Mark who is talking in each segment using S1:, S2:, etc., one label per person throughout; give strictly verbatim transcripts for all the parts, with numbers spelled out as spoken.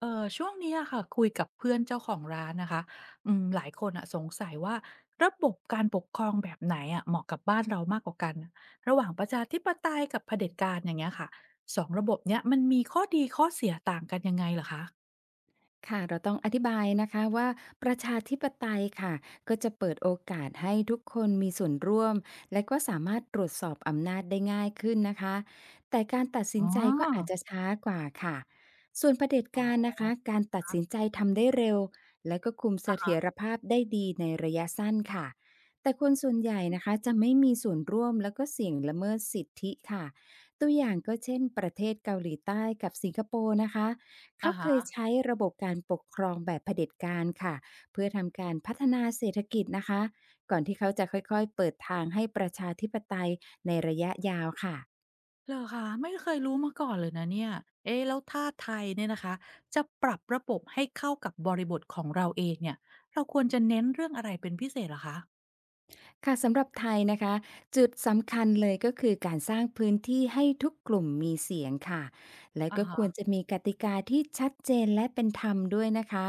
S1: เออช่วงนี้อะค่ะคุยกับเพื่อนเจ้าของร้านนะคะอืมหลายคนอะสงสัยว่าระบบการปกครองแบบไหนอะเหมาะกับบ้านเรามากกว่ากันระหว่างประชาธิปไตยกับเผด็จการอย่างเงี้ยค่ะสองระบบเนี้ยมันมีข้อดีข้อเสียต่างกันยังไงเหรอคะ
S2: ค่ะเราต้องอธิบายนะคะว่าประชาธิปไตยค่ะก็จะเปิดโอกาสให้ทุกคนมีส่วนร่วมและก็สามารถตรวจสอบอำนาจได้ง่ายขึ้นนะคะแต่การตัดสินใจก็อาจจะช้ากว่าค่ะส่วนเผด็จการนะคะการตัดสินใจทำได้เร็วและก็คุมเสถียรภาพได้ดีในระยะสั้นค่ะแต่คนส่วนใหญ่นะคะจะไม่มีส่วนร่วมแล้วก็เสี่ยงละเมิดสิทธิค่ะตัวอย่างก็เช่นประเทศเกาหลีใต้กับสิงคโปร์นะคะ
S1: อะ
S2: เขาเคย
S1: ฮะ
S2: ใช้ระบบการปกครองแบบเผด็จการค่ะเพื่อทำการพัฒนาเศรษฐกิจนะคะก่อนที่เขาจะค่อยๆเปิดทางให้ประชาธิปไตยในระยะยาวค่ะ
S1: เหรอคะไม่เคยรู้มาก่อนเลยนะเนี่ยเอ๊ะแล้วถ้าไทยเนี่ยนะคะจะปรับระบบให้เข้ากับบริบทของเราเองเนี่ยเราควรจะเน้นเรื่องอะไรเป็นพิเศษเหรอคะ
S2: ค่ะสำหรับไทยนะคะจุดสำคัญเลยก็คือการสร้างพื้นที่ให้ทุกกลุ่มมีเสียงค่ะและ
S1: อะ
S2: ก็ควร
S1: ฮะ
S2: จะมีกติกาที่ชัดเจนและเป็นธรรมด้วยนะคะ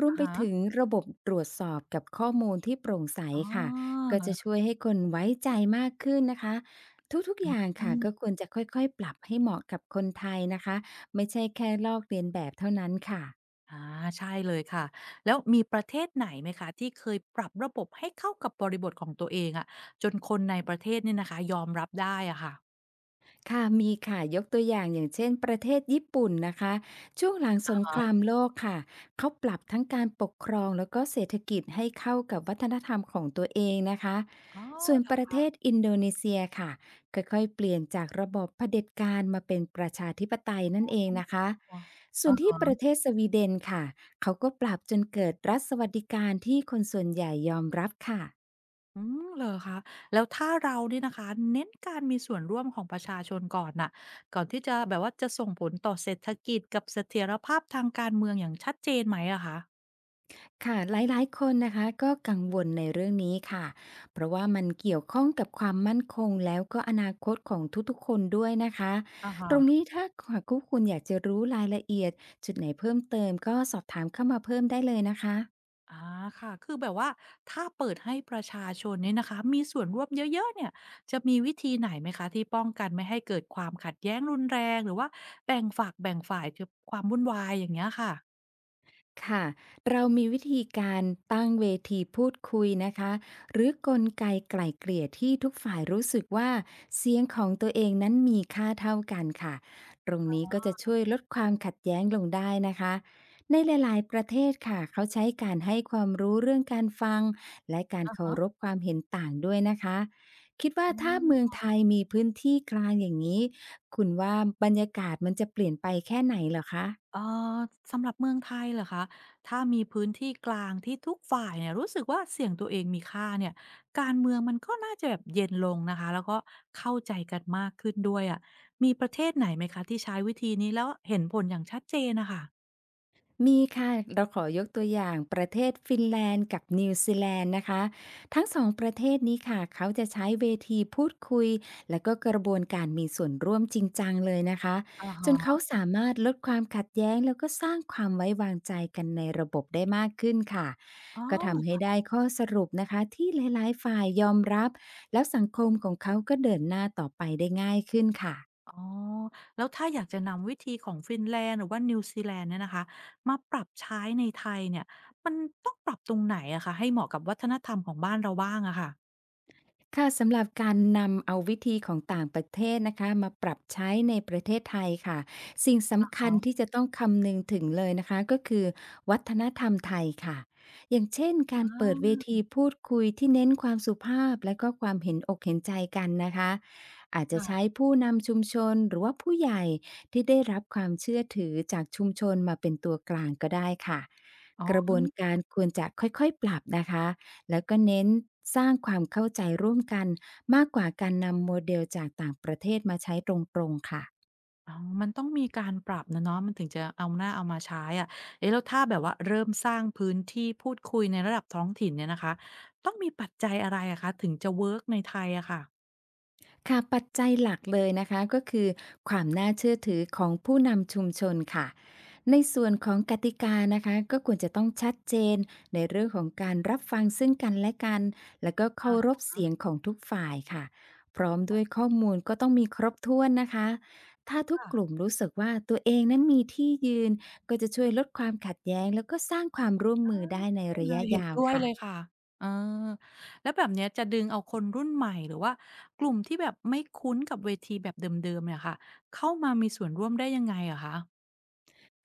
S2: รวม
S1: อะ
S2: ไป
S1: ฮะ
S2: ถึงระบบตรวจสอบกับข้อมูลที่โปร่งใส
S1: อ๋อ
S2: ค่ะก็จะช่วยให้คนไว้ใจมากขึ้นนะคะทุกๆอย่างค่ะก็ควรจะค่อยๆปรับให้เหมาะกับคนไทยนะคะไม่ใช่แค่ลอกเลียนแบบเท่านั้นค่ะ
S1: อาใช่เลยค่ะแล้วมีประเทศไหนไหมคะที่เคยปรับระบบให้เข้ากับบริบทของตัวเองอะจนคนในประเทศเนี่ยนะคะยอมรับได้อะค่ะ
S2: ค่ะมีค่ะยกตัวอย่างอย่างเช่นประเทศญี่ปุ่นนะคะช่วงหลังส
S1: อะ
S2: งครา
S1: ฮะ
S2: มโลกค่ะเขาปรับทั้งการปกครองแล้วก็เศรษฐกิจให้เข้ากับวัฒนธรรมของตัวเองนะคะ
S1: อ๋อ
S2: ส่วน
S1: เหรอ
S2: ประเทศ
S1: คะ
S2: อินโดนีเซียค่ะค่อยๆเปลี่ยนจากระบอบเผด็จการมาเป็นประชาธิปไตยนั่นเองนะคะ
S1: ว้าว
S2: ส่ว
S1: อะ
S2: นที่ประ
S1: ฮะ
S2: เทศสวีเดนค่ะเขาก็ปรับจนเกิดรัฐสวัสดิการที่คนส่วนใหญ่ยอมรับค่ะ
S1: อืมเหรอคะแล้วถ้าเราเนี่ยนะคะเน้นการมีส่วนร่วมของประชาชนก่อนน่ะก่อนที่จะแบบว่าจะส่งผลต่อเศรษฐกิจกับเสถียรภาพทางการเมืองอย่างชัดเจนไหมอะคะ
S2: ค่ะหลายๆคนนะคะก็กังวลในเรื่องนี้ค่ะเพราะว่ามันเกี่ยวข้องกับความมั่นคงแล้วก็อนาคตของทุกๆคนด้วยนะคะ
S1: อะ
S2: ตรง
S1: ฮะ
S2: นี้ถ้าหากาคุณอยากจะรู้รายละเอียดจุดไหนเพิ่มเติมก็สอบถามเข้ามาเพิ่มได้เลยนะคะ
S1: อาค่ะคือแบบว่าถ้าเปิดให้ประชาชนเนี่ยนะคะมีส่วนร่วมเยอะๆเนี่ยจะมีวิธีไหนไหมคะที่ป้องกันไม่ให้เกิดความขัดแย้งรุนแรงหรือว่าแบ่งฝักแบ่งฝ่ายคือความวุ่นวายอย่างเงี้ยค่ะ
S2: ค่ะเรามีวิธีการตั้งเวทีพูดคุยนะคะ หรือกลไกไกล่เกลี่ยที่ทุกฝ่ายรู้สึกว่าเสียงของตัวเองนั้นมีค่าเท่ากันค่ะตรงนี้ก็จะช่วยลดความขัดแย้งลงได้นะคะในหลายๆประเทศค่ะเขาใช้การให้ความรู้เรื่องการฟังและการ
S1: อา
S2: เคา
S1: ฮะ
S2: รพความเห็นต่างด้วยนะคะ คิดว่า
S1: อ๋
S2: ถ้าเมือง
S1: อ
S2: ไทยมีพื้นที่กลางอย่างนี้ คุณว่าบรรยากาศมันจะเปลี่ยนไปแค่ไหนเหรอคะ
S1: เอ่อสำหรับเมืองไทยเหรอคะถ้ามีพื้นที่กลางที่ทุกฝ่ายเนี่ยรู้สึกว่าเสียงตัวเองมีค่าเนี่ยการเมืองมันก็น่าจะแบบเย็นลงนะคะแล้วก็เข้าใจกันมากขึ้นด้วยอะมีประเทศไหนไหมคะที่ใช้วิธีนี้แล้วเห็นผลอย่างชัดเจนนะคะ
S2: มีค่ะเราขอยกตัวอย่างประเทศฟินแลนด์กับนิวซีแลนด์นะคะทั้งสองประเทศนี้ค่ะเขาจะใช้เวทีพูดคุยและก็กระบวนการมีส่วนร่วมจริงจังเลยนะคะ
S1: อะ
S2: จน
S1: ฮะ
S2: เขาสามารถลดความขัดแย้งแล้วก็สร้างความไว้วางใจกันในระบบได้มากขึ้นค่ะ
S1: อ๋อ
S2: ก็ทำ
S1: อ
S2: ให้ได้ข้อสรุปนะคะที่หลายๆฝ่ายยอมรับแล้วสังคมของเขาก็เดินหน้าต่อไปได้ง่ายขึ้นค่ะ
S1: ๋อแล้วถ้าอยากจะนำวิธีของฟินแลนด์หรือว่านิวซีแลนด์เนี่ยนะคะมาปรับใช้ในไทยเนี่ยมันต้องปรับตรงไหนอะคะให้เหมาะกับวัฒนธรรมของบ้านเราบ้างอะค่ะ
S2: ค่ะสำหรับการนำเอาวิธีของต่างประเทศนะคะมาปรับใช้ในประเทศไทยค่ะสิ่ง
S1: อ
S2: สำคั
S1: ๋
S2: ญที่จะต้องคำนึงถึงเลยนะคะก็คือวัฒนธรรมไทยค่ะอย่างเช่นการเปิดเวทีพูดคุยที่เน้นความสุภาพและก็ความเห็นอกเห็นใจกันนะคะอาจ
S1: อ
S2: จะ
S1: อา
S2: ใช้
S1: ค่ะ
S2: ผู้นำชุมชนหรือว่าผู้ใหญ่ที่ได้รับความเชื่อถือจากชุมชนมาเป็นตัวกลางก็ได้ค่ะ
S1: อ๋อ
S2: กระบวนการควรจะค่อยๆปรับนะคะ แล้วก็เน้นสร้างความเข้าใจร่วมกันมากกว่าการนำโมเดลจากต่างประเทศมาใช้ตรงๆค่ะ
S1: อ๋อมันต้องมีการปรับนะเนาะมันถึงจะเอาหน้าเอามาใช้อะเอ๊ะแล้วถ้าแบบว่าเริ่มสร้างพื้นที่พูดคุยในระดับท้องถิ่นเนี่ยนะคะต้องมีปัจจัยอะไรอะคะถึงจะเวิร์กในไทยอะค่ะ
S2: ค่ะปัจจัยหลักเลยนะคะก็คือความน่าเชื่อถือของผู้นำชุมชนค่ะในส่วนของกติกานะคะก็ควรจะต้องชัดเจนในเรื่องของการรับฟังซึ่งกันและกันแล้วก็เคา
S1: อะ
S2: รพ
S1: ฮะ
S2: เสียงของทุกฝ่ายค่ะพร้อมด้วยข้อมูลก็ต้องมีครบถ้วนนะคะถ้าทุก
S1: ค่ะ
S2: กลุ่มรู้สึกว่าตัวเองนั้นมีที่ยืนก็จะช่วยลดความขัดแย้งแล้วก็สร้างความร่วมมือได้ใน
S1: ใช่
S2: ระ
S1: เล
S2: ยะ
S1: ยเห็น
S2: ยาว
S1: ด้วย
S2: ค่ะ
S1: เลยค่ะเออแล้วแบบเนี้ยจะดึงเอาคนรุ่นใหม่หรือว่ากลุ่มที่แบบไม่คุ้นกับเวทีแบบเดิมๆเนี่ยค่ะเข้ามามีส่วนร่วมได้ยังไงเหรอคะ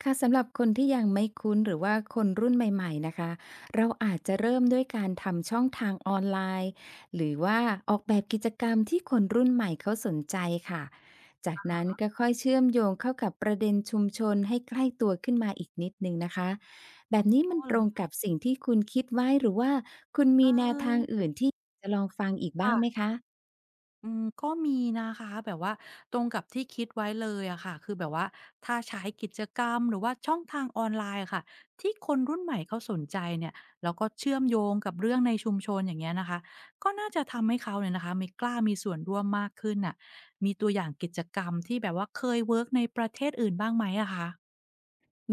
S2: ค่ะสำหรับคนที่ยังไม่คุ้นหรือว่าคนรุ่นใหม่ๆนะคะเราอาจจะเริ่มด้วยการทำช่องทางออนไลน์หรือว่าออกแบบกิจกรรมที่คนรุ่นใหม่เขาสนใจค่ะจากนั้นก็ค่อยเชื่อมโยงเข้ากับประเด็นชุมชนให้ใกล้ตัวขึ้นมาอีกนิดหนึ่งนะคะแบบนี้
S1: อ๋อ
S2: มันต
S1: เห
S2: ร
S1: ร
S2: ง
S1: อ
S2: กับสิ่งที่คุณคิดไว้หรือว่าคุณ
S1: เอ
S2: มีแนว
S1: อ
S2: ทางอื่นที่จะลองฟังอีกบ้างไหม
S1: ค่ะ
S2: คะ
S1: อืมก็มีนะคะแบบว่าตรงกับที่คิดไว้เลยอะค่ะคือแบบว่าถ้าใช้กิจกรรมหรือว่าช่องทางออนไลน์อะค่ะที่คนรุ่นใหม่เขาสนใจเนี่ยแล้วก็เชื่อมโยงกับเรื่องในชุมชนอย่างเงี้ยนะคะก็น่าจะทำให้เขาเนี่ยนะคะมีกล้ามีส่วนร่วมมากขึ้นน่ะมีตัวอย่างกิจกรรมที่แบบว่าเคยเวิร์กในประเทศอื่นบ้างไหมอะคะ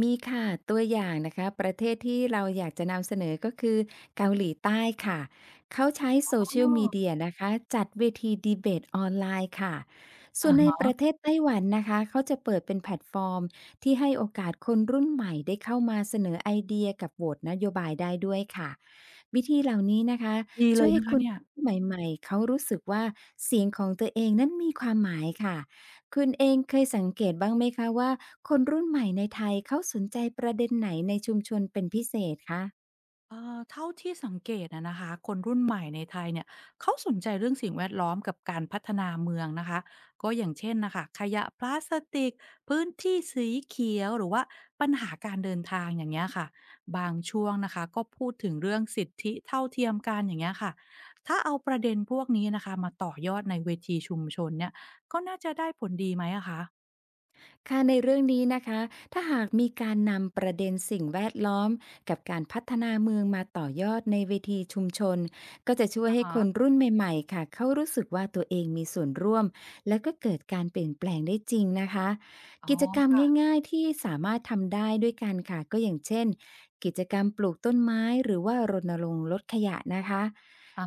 S2: มีค่ะตัวอย่างนะคะประเทศที่เราอยากจะนำเสนอก็คือเกาหลีใต้ค่ะเขาใช้
S1: อ
S2: โซเชีย
S1: ้
S2: ล
S1: อ
S2: มีเดียนะคะจัดเวทีดีเบตออนไลน์ค่ะส่
S1: อะ
S2: วนใน
S1: ฮ
S2: ป
S1: ะ
S2: ระเทศไต้หวันนะคะเขาจะเปิดเป็นแพลตฟอร์มที่ให้โอกาสคนรุ่นใหม่ได้เข้ามาเสนอไอเดียกับโหวตนโยบายได้ด้วยค่ะวิธีเหล่านี้นะคะ
S1: ดีเล
S2: ช่ว
S1: ย
S2: ยให้
S1: นะคะ
S2: คุณ
S1: เนี่ย
S2: ใหม่ๆเขารู้สึกว่าเสียงของตัวเองนั้นมีความหมายค่ะ คุณเองเคยสังเกตบ้างไหมคะว่าคนรุ่นใหม่ในไทยเขาสนใจประเด็นไหนในชุมชนเป็นพิเศษคะ
S1: เอ่อเท่าที่สังเกตอะนะคะคนรุ่นใหม่ในไทยเนี่ยเขาสนใจเรื่องสิ่งแวดล้อมกับการพัฒนาเมืองนะคะก็อย่างเช่นนะคะขยะพลาสติกพื้นที่สีเขียวหรือว่าปัญหาการเดินทางอย่างเงี้ยค่ะบางช่วงนะคะก็พูดถึงเรื่องสิทธิเท่าเทียมกันอย่างเงี้ยค่ะถ้าเอาประเด็นพวกนี้นะคะมาต่อยอดในเวทีชุมชนเนี่ยก็น่าจะได้ผลดีไหมอะคะ
S2: ค่ะในเรื่องนี้นะคะถ้าหากมีการนำประเด็นสิ่งแวดล้อมกับการพัฒนาเมืองมาต่อยอดในเวทีชุมชนก็จะช่วย
S1: อะ
S2: ให้คน
S1: ฮะ
S2: รุ่นใหม่ๆค่ะเขารู้สึกว่าตัวเองมีส่วนร่วมและก็เกิดการเปลี่ยนแปลงได้จริงนะคะ
S1: อ๋อ
S2: กิจกรรม
S1: ค่
S2: ง่ายๆที่สามารถทำได้ด้วยกันค่ะก็อย่างเช่นกิจกรรมปลูกต้นไม้หรือว่ารณรงค์ลดขยะนะคะ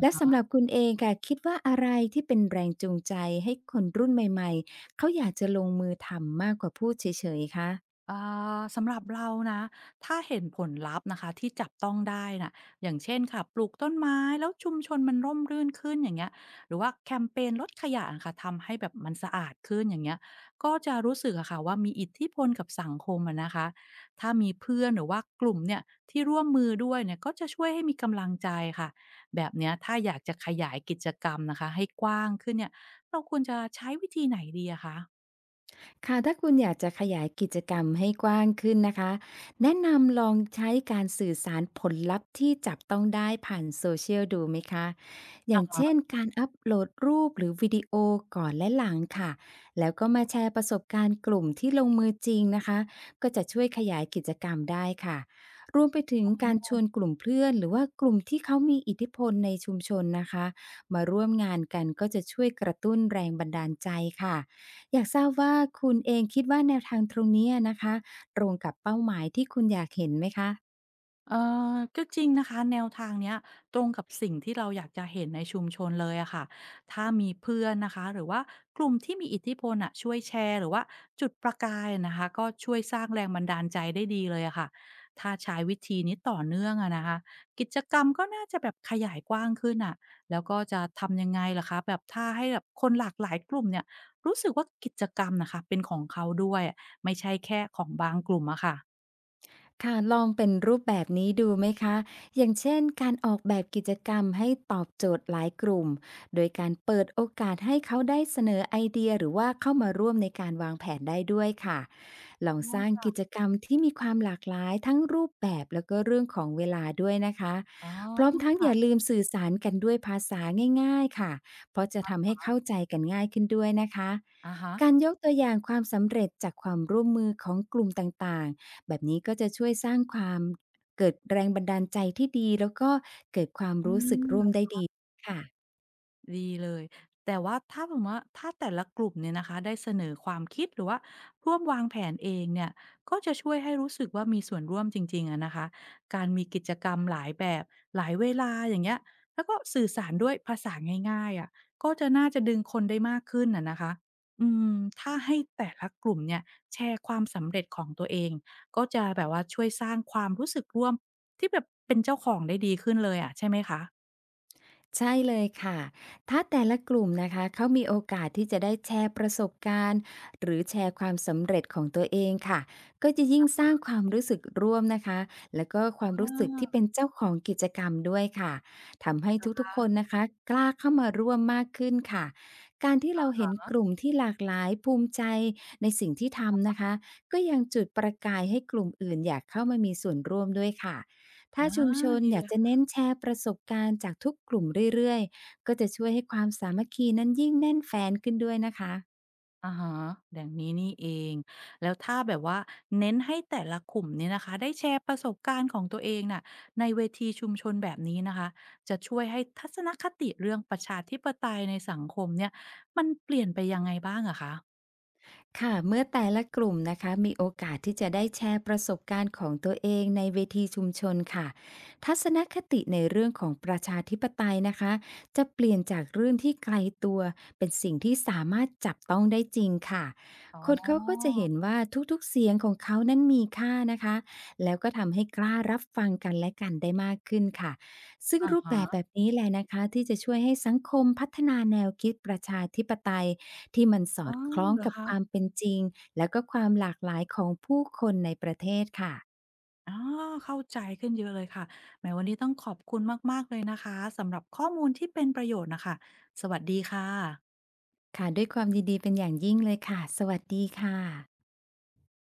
S2: และสำหรับคุณเองค่ะคิดว่าอะไรที่เป็นแรงจูงใจให้คนรุ่นใหม่ เขาอยากจะลงมือทำมากกว่าพูดเฉยๆ คะ
S1: อ่าสำหรับเรานะถ้าเห็นผลลัพธ์นะคะที่จับต้องได้น่ะอย่างเช่นค่ะปลูกต้นไม้แล้วชุมชนมันร่มรื่นขึ้นอย่างเงี้ยหรือว่าแคมเปญลดขยะะค่ะทำให้แบบมันสะอาดขึ้นอย่างเงี้ยก็จะรู้สึกอะค่ะว่ามีอิทธิพลกับสังคมอะนะคะถ้ามีเพื่อนหรือว่ากลุ่มเนี่ยที่ร่วมมือด้วยเนี่ยก็จะช่วยให้มีกำลังใจค่ะแบบเนี้ยถ้าอยากจะขยายกิจกรรมนะคะให้กว้างขึ้นเนี่ยเราควรจะใช้วิธีไหนดีอะคะ
S2: ค่ะถ้าคุณอยากจะขยายกิจกรรมให้กว้างขึ้นนะคะแนะนำลองใช้การสื่อสารผลลัพธ์ที่จับต้องได้ผ่านโซเชียลดูไหมคะอย่างเช่นการอัปโหลดรูปหรือวิดีโอก่อนและหลังค่ะแล้วก็มาแชร์ประสบการณ์กลุ่มที่ลงมือจริงนะคะก็จะช่วยขยายกิจกรรมได้ค่ะรวมไปถึงการชวนกลุ่มเพื่อนหรือว่ากลุ่มที่เขามีอิทธิพลในชุมชนนะคะมาร่วมงานกันก็จะช่วยกระตุ้นแรงบันดาลใจค่ะ อยากทราบว่าคุณเองคิดว่าแนวทางตรงเนี้ยนะคะตรงกับเป้าหมายที่คุณอยากเห็นไหมคะ
S1: เออก็จริงนะคะแนวทางเนี้ยตรงกับสิ่งที่เราอยากจะเห็นในชุมชนเลยอะค่ะถ้ามีเพื่อนนะคะหรือว่ากลุ่มที่มีอิทธิพลอะช่วยแชร์หรือว่าจุดประกายนะคะก็ช่วยสร้างแรงบันดาลใจได้ดีเลยอะค่ะถ้าใช้วิธีนี้ต่อเนื่องอะนะคะกิจกรรมก็น่าจะแบบขยายกว้างขึ้นอะแล้วก็จะทำยังไงล่ะคะแบบถ้าให้แบบคนหลากหลายกลุ่มเนี่ยรู้สึกว่ากิจกรรมนะคะเป็นของเขาด้วยไม่ใช่แค่ของบางกลุ่มอะค่ะ
S2: ค่ะลองเป็นรูปแบบนี้ดูไหมคะอย่างเช่นการออกแบบกิจกรรมให้ตอบโจทย์หลายกลุ่มโดยการเปิดโอกาสให้เขาได้เสนอไอเดียหรือว่าเข้ามาร่วมในการวางแผนได้ด้วยค่ะลอง
S1: อ๋
S2: สร้าง
S1: อ
S2: กิจกรรมที่มีความหลากหลายทั้งรูปแบบแล้วก็เรื่องของเวลาด้วยนะคะ
S1: อ๋อ
S2: พร้อมทั้งอย่าลืมสื่อสารกันด้วยภาษาง่ายๆค่ะเพราะจะทำให้เข้าใจกันง่ายขึ้นด้วยนะคะ
S1: อะฮะ
S2: การยกตัวอย่างความสำเร็จจากความร่วมมือของกลุ่มต่างๆ แบบนี้ก็จะช่วยสร้างความเกิดแรงบันดาลใจที่ดีแล้วก็เกิดความ
S1: อื
S2: รู้สึกร่วม
S1: ม
S2: ได้ดีค่ะ
S1: ดีเลยแต่ว่าถ้าสมมว่าถ้าแต่ละกลุ่มเนี่ยนะคะได้เสนอความคิดหรือว่าร่วมวางแผนเองเนี่ยก็จะช่วยให้รู้สึกว่ามีส่วนร่วมจริงๆอะนะคะการมีกิจกรรมหลายแบบหลายเวลาอย่างเงี้ยแล้วก็สื่อสารด้วยภาษาง่ายๆอะก็จะน่าจะดึงคนได้มากขึ้นอะนะคะอืมถ้าให้แต่ละกลุ่มเนี่ยแชร์ความสำเร็จของตัวเองก็จะแบบว่าช่วยสร้างความรู้สึกร่วมที่แบบเป็นเจ้าของได้ดีขึ้นเลยอะใช่ไหมคะ
S2: ใช่เลยค่ะ ถ้าแต่ละกลุ่มนะคะเขามีโอกาสที่จะได้แชร์ประสบการณ์หรือแชร์ความสำเร็จของตัวเองค่ะก็จะยิ่งสร้างความรู้สึกร่วมนะคะแล้วก็ค
S1: อ
S2: วามรู้สึกที่
S1: า
S2: เป็นเจ้าของกิจกรรมด้วยค่ะทำให้ทุกๆคนนะคะกล้าเข้ามาร่วมมากขึ้นค่ะการที่เราเห็นกลุ่มที่หลากหลายภูมิใจในสิ่งที่ทำนะคะก็ยังจุดประกายให้กลุ่มอื่นอยากเข้ามามีส่วนร่วมด้วยค่ะ ถ้า
S1: อา
S2: ชุมชน
S1: ดี
S2: อ
S1: เล
S2: ยาก
S1: ย
S2: จะเน้
S1: ค่ะ
S2: นแชร์ประสบการณ์จากทุกกลุ่มเรื่อยๆก็จะช่วยให้ความสามัคคีนั้นยิ่งแน่นแฟ้นขึ้นด้วยนะคะ
S1: อะฮะอย่างนี้นี่เอง แล้วถ้าแบบว่าเน้นให้แต่ละกลุ่มเนี่ยนะคะได้แชร์ประสบการณ์ของตัวเองน่ะในเวทีชุมชนแบบนี้นะคะ จะช่วยให้ทัศนคติเรื่องประชาธิปไตยในสังคมเนี่ยมันเปลี่ยนไปยังไงบ้างอะคะ
S2: ค่ะเมื่อแต่ละกลุ่มนะคะมีโอกาสที่จะได้แชร์ประสบการณ์ของตัวเองในเวทีชุมชนค่ะทัศนคติในเรื่องของประชาธิปไตยนะคะจะเปลี่ยนจากเรื่องที่ไกลตัวเป็นสิ่งที่สามารถจับต้องได้จริงค่ะ
S1: อ๋อ
S2: คนเขาก็จะเห็นว่าทุกๆเสียงของเขานั้นมีค่านะคะแล้วก็ทำให้กล้ารับฟังกันและกันได้มากขึ้นค่ะซึ่ง
S1: อะ
S2: รู
S1: ฮ
S2: ปแบบแบ
S1: ะ
S2: บนี้แหละนะคะที่จะช่วยให้สังคมพัฒนาแนวคิดประชาธิปไตย ที่มันส
S1: อ๋
S2: อ
S1: อ
S2: ดคล้อง
S1: เหรอ
S2: กับ
S1: คะ
S2: ความเป็นจริงแล้วก็ความหลากหลายของผู้คนในประเทศค่ะ
S1: อ๋อเข้าใจขึ้นเยอะเลยค่ะแหมวันนี้ต้องขอบคุณมากๆเลยนะคะสำหรับข้อมูลที่เป็นประโยชน์น่ะค่ะสวัสดีค่ะ
S2: ค่ะด้วยความยินดีเป็นอย่างยิ่งเลยค่ะ สวัสดีค่ะ